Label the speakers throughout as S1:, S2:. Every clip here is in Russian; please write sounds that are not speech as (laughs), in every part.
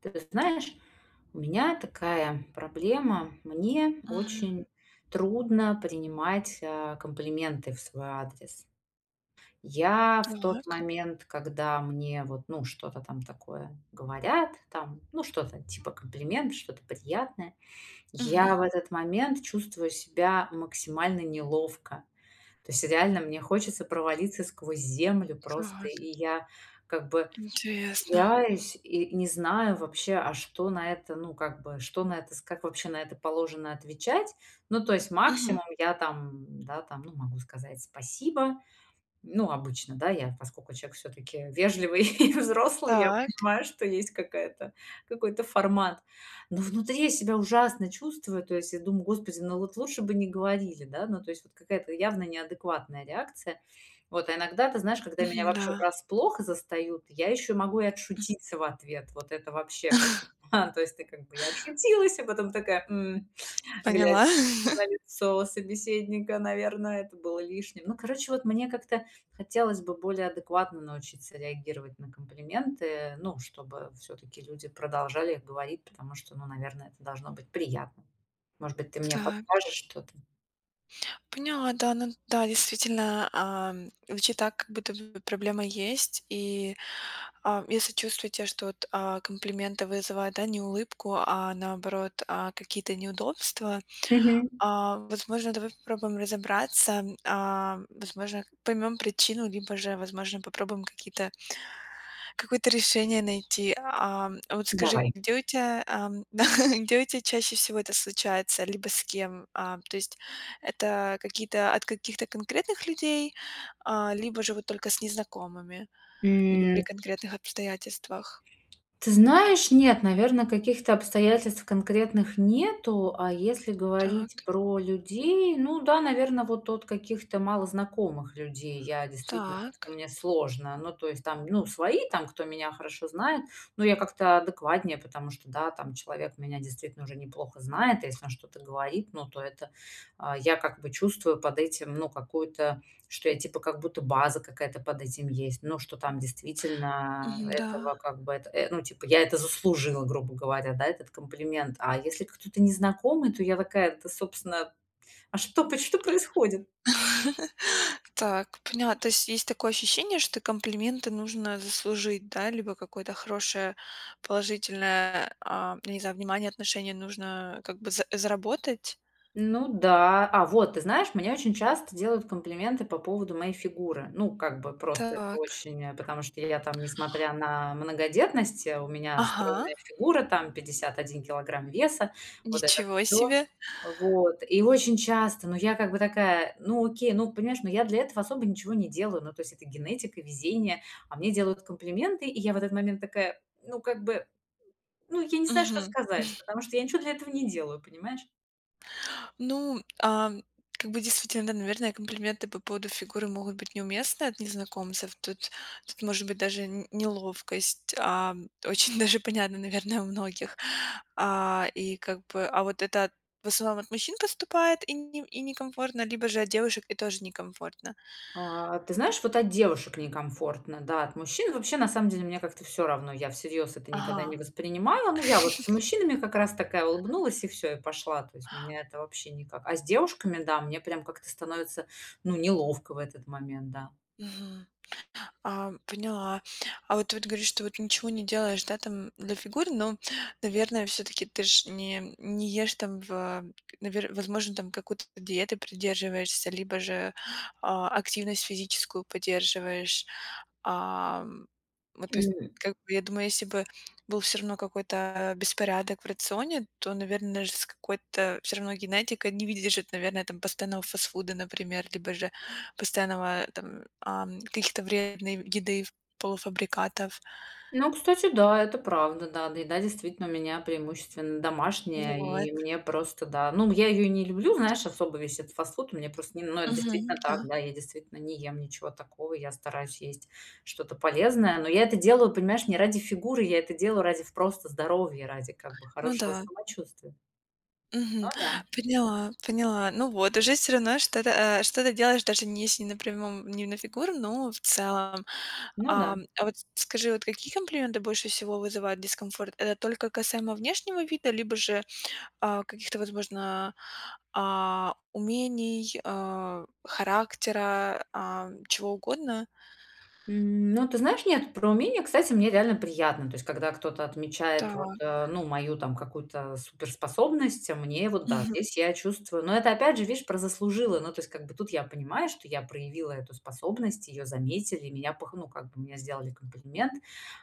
S1: Ты знаешь, у меня такая проблема. Мне
S2: Мгм.
S1: очень трудно принимать, комплименты в свой адрес. Я в тот
S2: Так.
S1: момент, когда мне вот, ну, что-то там такое говорят, там, ну, что-то типа комплимент, что-то приятное, я
S2: Мгм.
S1: в этот момент чувствую себя максимально неловко. То есть реально мне хочется провалиться сквозь землю просто,
S2: Так,
S1: и я как бы
S2: интересно.
S1: теряюсь и не знаю вообще, что на это, ну, как бы, что на это, как вообще на это положено отвечать. Ну, то есть
S2: Мгм.
S1: максимум я там, да, там, ну, могу сказать спасибо, ну, обычно, да, я, поскольку человек все таки вежливый (laughs) и взрослый, я
S2: Так.
S1: понимаю, что есть какая-то какой-то формат. Но внутри я себя ужасно чувствую, то есть я думаю: "Господи, ну вот лучше бы не говорили", да. Ну, то есть вот какая-то явно неадекватная реакция. Вот, а иногда, ты знаешь, когда меня
S2: Мгм, да.
S1: вообще врасплох застают, я еще могу и отшутиться в ответ. Вот это вообще (laughs) прям,
S2: (laughs)
S1: то есть ты как бы я отшутилась, а потом такая: "М",
S2: Поняла.
S1: глядя
S2: (laughs)
S1: на лицо собеседника, наверное, это было лишним. Ну, короче, вот мне как-то хотелось бы более адекватно научиться реагировать на комплименты, ну, чтобы все-таки люди продолжали их говорить, потому что, ну, наверное, это должно быть приятно. Может быть, ты мне
S2: Так,
S1: подскажешь что-то?
S2: поняла, да, ну да, действительно, звучит так, как будто бы проблема есть. И, если чувствуете, что вот, комплименты вызывают, да, не улыбку, а наоборот, какие-то неудобства,
S1: Мгм.
S2: возможно, давай попробуем разобраться, возможно, поймем причину, либо же, возможно, попробуем какие-то Какое-то решение найти. А вот скажи,
S1: Давай.
S2: где у тебя, ам, (laughs) где у тебя чаще всего это случается, либо с кем? То есть это какие-то от каких-то конкретных людей, либо же вот только с незнакомыми, либо
S1: М,
S2: при конкретных обстоятельствах?
S1: Ты знаешь, нет, наверное, каких-то обстоятельств конкретных нету. А если говорить
S2: Так,
S1: про людей, ну да, наверное, вот от каких-то малознакомых людей я действительно
S2: так.
S1: как-то мне сложно. Ну, то есть там, ну, свои там, кто меня хорошо знает, ну, я как-то адекватнее, потому что, да, там человек меня действительно уже неплохо знает, а если он что-то говорит, ну, то я как бы чувствую под этим, ну, какую-то что я типа как будто база какая-то под этим есть, ну, что там действительно
S2: Мгм, да.
S1: этого как бы это, ну, типа я это заслужила, грубо говоря, да, этот комплимент. А если кто-то незнакомый, то я такая: "Да, собственно, а что, поч что происходит?"
S2: (laughs) Так, понятно. То есть есть такое ощущение, что комплименты нужно заслужить, да, либо какое-то хорошее положительное, я не знаю, внимание, отношение нужно как бы заработать.
S1: Ну да. А, вот, ты знаешь, мне очень часто делают комплименты по поводу моей фигуры. Ну, как бы просто это
S2: Так.
S1: очень, потому что я там, несмотря на многодетность, у меня
S2: Ага,
S1: стройная фигура, там 51 кг веса, вот это
S2: ничего
S1: все.
S2: себе.
S1: Вот. И очень часто, ну, я как бы такая, ну, окей, ну, понимаешь, но я для этого особо ничего не делаю. Ну, то есть это генетика, везение, а мне делают комплименты, и я в этот момент такая, ну, как бы, ну, я не знаю, что
S2: Мгм.
S1: сказать, потому что я ничего для этого не делаю, понимаешь?
S2: Ну, как бы действительно, да, наверное, комплименты по поводу фигуры могут быть неуместны от незнакомцев. Тут может быть даже неловкость, очень (laughs) даже понятно, наверное, у многих. И как бы, а вот это в основном от мужчин поступает и, не, и некомфортно, либо же от девушек и тоже некомфортно.
S1: А, ты знаешь, вот от девушек некомфортно, да, от мужчин вообще на самом деле мне как-то все равно. Я всерьез это никогда не
S2: Ага.
S1: воспринимала. Ну, я вот с мужчинами как раз такая улыбнулась и все и пошла. То есть меня это вообще никак. А с девушками, да, мне прям как-то становится, ну, неловко в этот момент, да.
S2: Мгм. Поняла. А вот ты вот говоришь, что вот ничего не делаешь, да, там для фигуры, но, наверное, все-таки ты ж не ешь там, возможно, там какую-то диету придерживаешься, либо же активность физическую поддерживаешь. А, м, вот, то есть, как бы, я думаю, если бы был все равно какой-то беспорядок в рационе, то, наверное, даже с какой-то все равно генетика не выдержит, наверное, там постоянного фастфуда, например, либо же постоянного там, каких-то вредной еды, полуфабрикатов.
S1: Ну, кстати, да, это правда, да. Да, еда действительно у меня преимущественно домашняя, и
S2: Вот.
S1: мне просто, да. Ну, я ее не люблю, знаешь, особо весь этот фастфуд. Мне просто не ну, это
S2: Мгм,
S1: действительно
S2: да.
S1: так, да. Я действительно не ем ничего такого. Я стараюсь есть что-то полезное. Но я это делаю, понимаешь, не ради фигуры, я это делаю ради просто здоровья, ради как бы
S2: Ну
S1: хорошего
S2: да.
S1: самочувствия.
S2: Мгм.
S1: Ну да,
S2: Поняла, поняла. Ну вот, уже все равно что-то делаешь, даже не если не на прямом, не на фигуру, но в целом.
S1: ну да.
S2: А вот скажи, вот какие комплименты больше всего вызывают дискомфорт? Это только касаемо внешнего вида, либо же, каких-то, возможно, умений, характера, чего угодно?
S1: Ну, ты знаешь, нет, про умение, кстати, мне реально приятно. То есть, когда кто-то отмечает вот,
S2: Да.
S1: ну, мою там какую-то суперспособность, а мне вот, да, здесь я чувствую. Но это опять же, видишь, про заслужила. Ну, то есть, как бы тут я понимаю, что я проявила эту способность, ее заметили, ну, как бы мне сделали комплимент.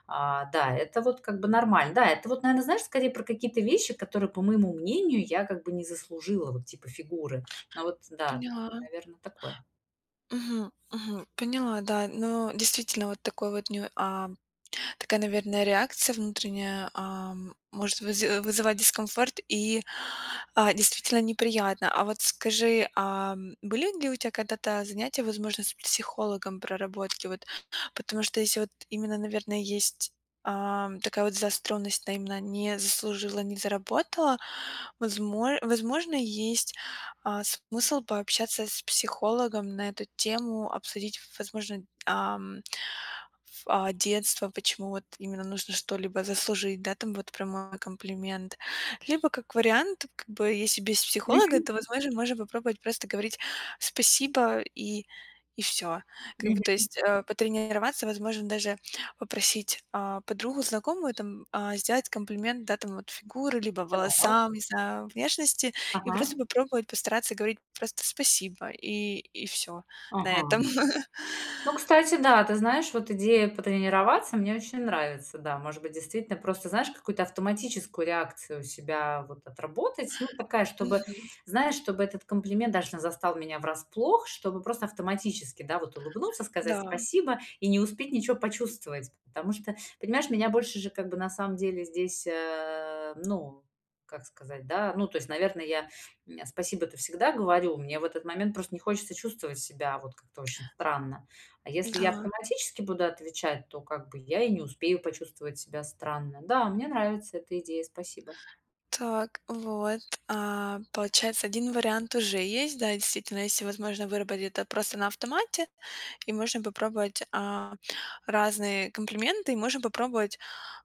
S1: А, да, это вот как бы нормально. Да, это вот, наверное, знаешь, скорее про какие-то вещи, которые, по моему мнению, я как бы не заслужила, вот типа фигуры. Но вот, да,
S2: Поняла.
S1: наверное, такое.
S2: Мгм, мгм. Поняла, да. Но действительно вот такой вот ню а Такая, наверное, реакция внутренняя, может вызывать дискомфорт и, действительно неприятно. А вот скажи, были ли у тебя когда-то занятия, возможно, с психологом проработки? Вот, потому что если вот именно, наверное, есть, такая вот заостренность на именно "не заслужила, не заработала", возможно, есть, смысл пообщаться с психологом на эту тему, обсудить, возможно, детства, почему вот именно нужно что-либо заслужить, да, там вот прямой комплимент. Либо как вариант, как бы если без психолога,
S1: Мгм.
S2: то, возможно, можно попробовать просто говорить "спасибо" и все. Как бы, то
S1: Мгм.
S2: есть, потренироваться, возможно, даже попросить, подругу, знакомую там, сделать комплимент, да, там вот фигуры, либо
S1: Так.
S2: волосам, не знаю, внешности, и
S1: Ага.
S2: просто попробовать постараться говорить просто "спасибо" и все на
S1: Ага.
S2: этом. (laughs)
S1: Ну, кстати, да, ты знаешь, вот идея потренироваться мне очень нравится, да. Может быть, действительно, просто, знаешь, какую-то автоматическую реакцию у себя вот отработать. Ну, такая, чтобы,
S2: Мгм.
S1: знаешь, чтобы этот комплимент даже не застал меня врасплох, чтобы просто автоматически, да, вот улыбнуться, сказать
S2: Да.
S1: спасибо и не успеть ничего почувствовать. Потому что, понимаешь, меня больше же как бы на самом деле здесь, ну, как сказать, да, ну, то есть, наверное, спасибо-то всегда говорю, мне в этот момент просто не хочется чувствовать себя вот как-то очень странно. А если я
S2: Да,
S1: автоматически буду отвечать, то как бы я и не успею почувствовать себя странно. Да, мне нравится эта идея, спасибо.
S2: так, вот. Получается, один вариант уже есть, да, действительно, если возможно выработать это просто на автомате, и можно попробовать разные комплименты, и можно попробовать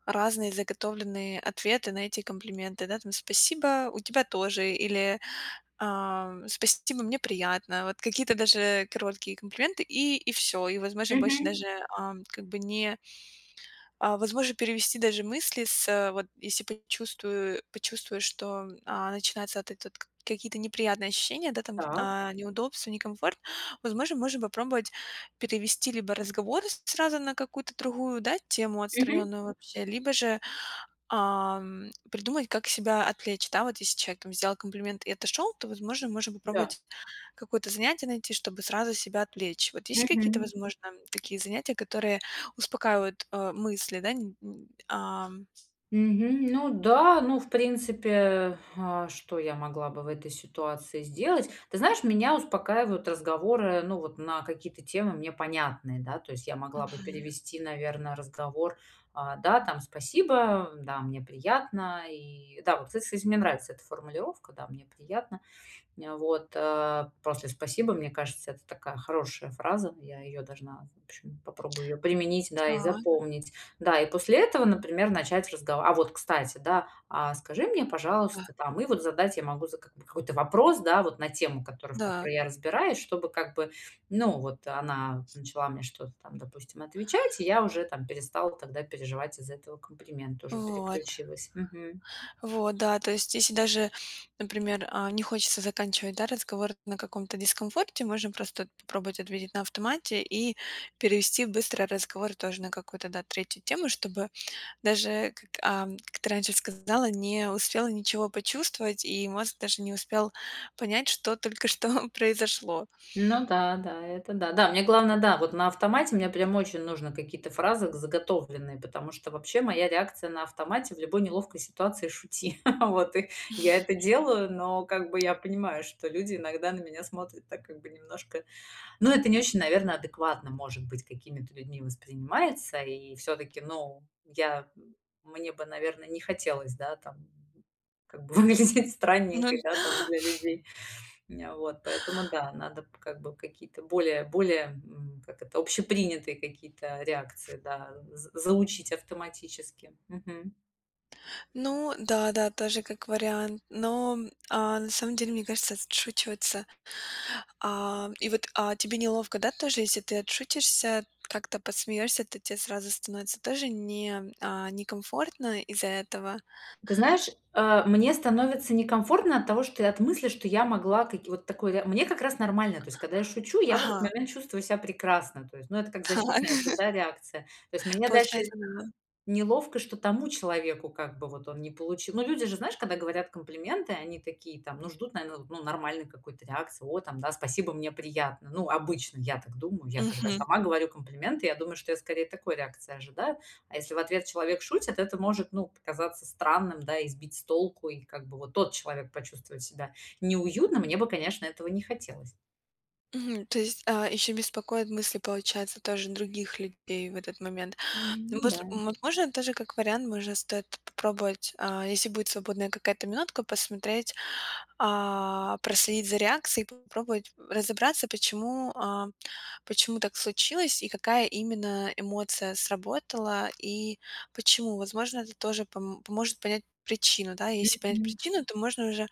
S2: разные заготовленные ответы на эти комплименты, да, там спасибо, у тебя тоже, или спасибо, мне приятно, вот какие-то даже короткие комплименты, и все, и, возможно, больше
S1: Мгм.
S2: даже как бы не. Возможно, перевести даже мысли с, вот если почувствую, что, начинаются от этот какие-то неприятные ощущения, да, там,
S1: Так.
S2: неудобства, некомфорт, возможно, можно попробовать перевести либо разговор сразу на какую-то другую, да, тему
S1: Мгм.
S2: отстраненную вообще, либо же. Придумать, как себя отвлечь, да, вот если человек там сделал комплимент и отошел, то, возможно, можно
S1: Да.
S2: попробовать какое-то занятие найти, чтобы сразу себя отвлечь. Вот есть какие-то,
S1: Мгм.
S2: возможно, такие занятия, которые успокаивают мысли, да? н- н- ам,
S1: Мгм. Ну да, ну, в принципе, что я могла бы в этой ситуации сделать? Ты знаешь, меня успокаивают разговоры, ну, вот на какие-то темы мне понятные, да, то есть я могла бы
S2: мгм.
S1: перевести, наверное, разговор, да, там, спасибо, да, мне приятно, и да, вот, кстати, мне нравится эта формулировка, да, мне приятно. Вот, после "спасибо", мне кажется, это такая хорошая фраза. Я ее должна, в общем, попробую ее применить, да, и
S2: Так,
S1: запомнить. Да, и после этого, например, начать разговор. А вот, кстати, да, а скажи мне,
S2: да,
S1: пожалуйста, там, и вот задать я могу за как бы какой-то вопрос, да, вот на тему, которую в
S2: да.
S1: которой я разбираюсь, чтобы как бы, ну, вот она начала мне что-то там, допустим, отвечать, и я уже там перестала тогда переживать из-за этого комплимента, уже
S2: Вот,
S1: переключилась. Мгм.
S2: вот, да, то есть если даже, например, не хочется заканчивать, да, разговор на каком-то дискомфорте, можно просто вот попробовать ответить на автомате и перевести быстро разговор тоже на какую-то, да, третью тему, чтобы даже, как ты раньше сказала, не успела ничего почувствовать, и мозг даже не успел понять, что только что (laughs) произошло.
S1: Ну да, да, это да. Да, мне главное, да, вот на автомате мне прям очень нужно какие-то фразы заготовленные, потому что вообще моя реакция на автомате в любой неловкой ситуации шути. (laughs) Вот, и я это делаю, но как бы я понимаю, что люди иногда на меня смотрят так как бы немножко... Ну, это не очень, наверное, адекватно, может быть, какими-то людьми воспринимается, и все-таки, ну, я... Мне бы, наверное, не хотелось, да, там, как бы (laughs) выглядеть
S2: Ну
S1: странненькой, да, там, для людей. Ня вот, поэтому да, надо как бы какие-то более, как это, общепринятые какие-то реакции, да, з заучить автоматически. Мгм.
S2: ну да-да, тоже как вариант. Но, на самом деле, мне кажется, отшучиваться, и вот, тебе неловко, да, тоже, если ты отшутишься, как-то подсмеешься, то тебе сразу становится тоже не, а, некомфортно из-за этого?
S1: Ты знаешь, мне становится некомфортно от того, что от мысли, что я могла каки вот такой ре мне как раз нормально. То есть, когда я шучу, я в
S2: Ага,
S1: этот момент чувствую себя прекрасно. То есть, ну, это как
S2: (laughs) так,
S1: защитная же, да, реакция. То есть мне дальше
S2: получается, да.
S1: неловко, что тому человеку как бы вот он не получил. Ну, люди же, знаешь, когда говорят комплименты, они такие там, ну, ждут, наверное, ну, нормальной какой-то реакции. О, там, да, спасибо, мне приятно. Ну, обычно я так думаю. Я когда
S2: Мгм.
S1: сама говорю комплименты, я думаю, что я скорее такой реакции ожидаю. А если в ответ человек шутит, это может, ну, показаться странным, да, и сбить с толку, и как бы вот тот человек почувствует себя неуютно. Мне бы, конечно, этого не хотелось.
S2: Мгм. То есть, еще беспокоят мысли, получается, тоже других людей в этот момент. Ну,
S1: Ну
S2: вот,
S1: да.
S2: м, вот можно тоже как вариант, может, стоит попробовать, если будет свободная какая-то минутка, посмотреть, проследить за реакцией, попробовать разобраться, почему так случилось и какая именно эмоция сработала и почему. Возможно, это тоже поможет понять причину, да, если понять причину, то можно уже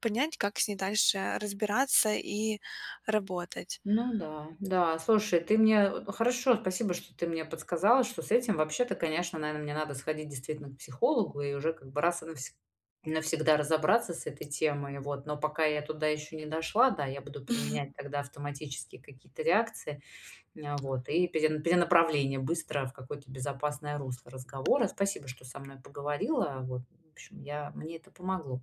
S2: понять, как с ней дальше разбираться и работать.
S1: Ну да, да. Слушай, ты мне вот хорошо, спасибо, что ты мне подсказала, что с этим вообще-то, конечно, наверное, мне надо сходить действительно к психологу и уже как бы навсегда разобраться с этой темой. Вот. Но пока я туда еще не дошла, да, я буду
S2: (laughs)
S1: применять тогда автоматические какие-то реакции, вот, и перенаправление быстро в какое-то безопасное русло разговора. Спасибо, что со мной поговорила. Вот, в общем, мне это помогло.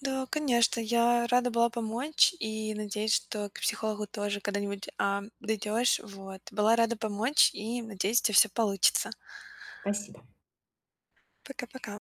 S2: Да, конечно, я рада была помочь и надеюсь, что к психологу тоже когда-нибудь, дойдёшь. Вот. Была рада помочь и надеюсь, у тя всё получится.
S1: Спасибо.
S2: Пока-пока.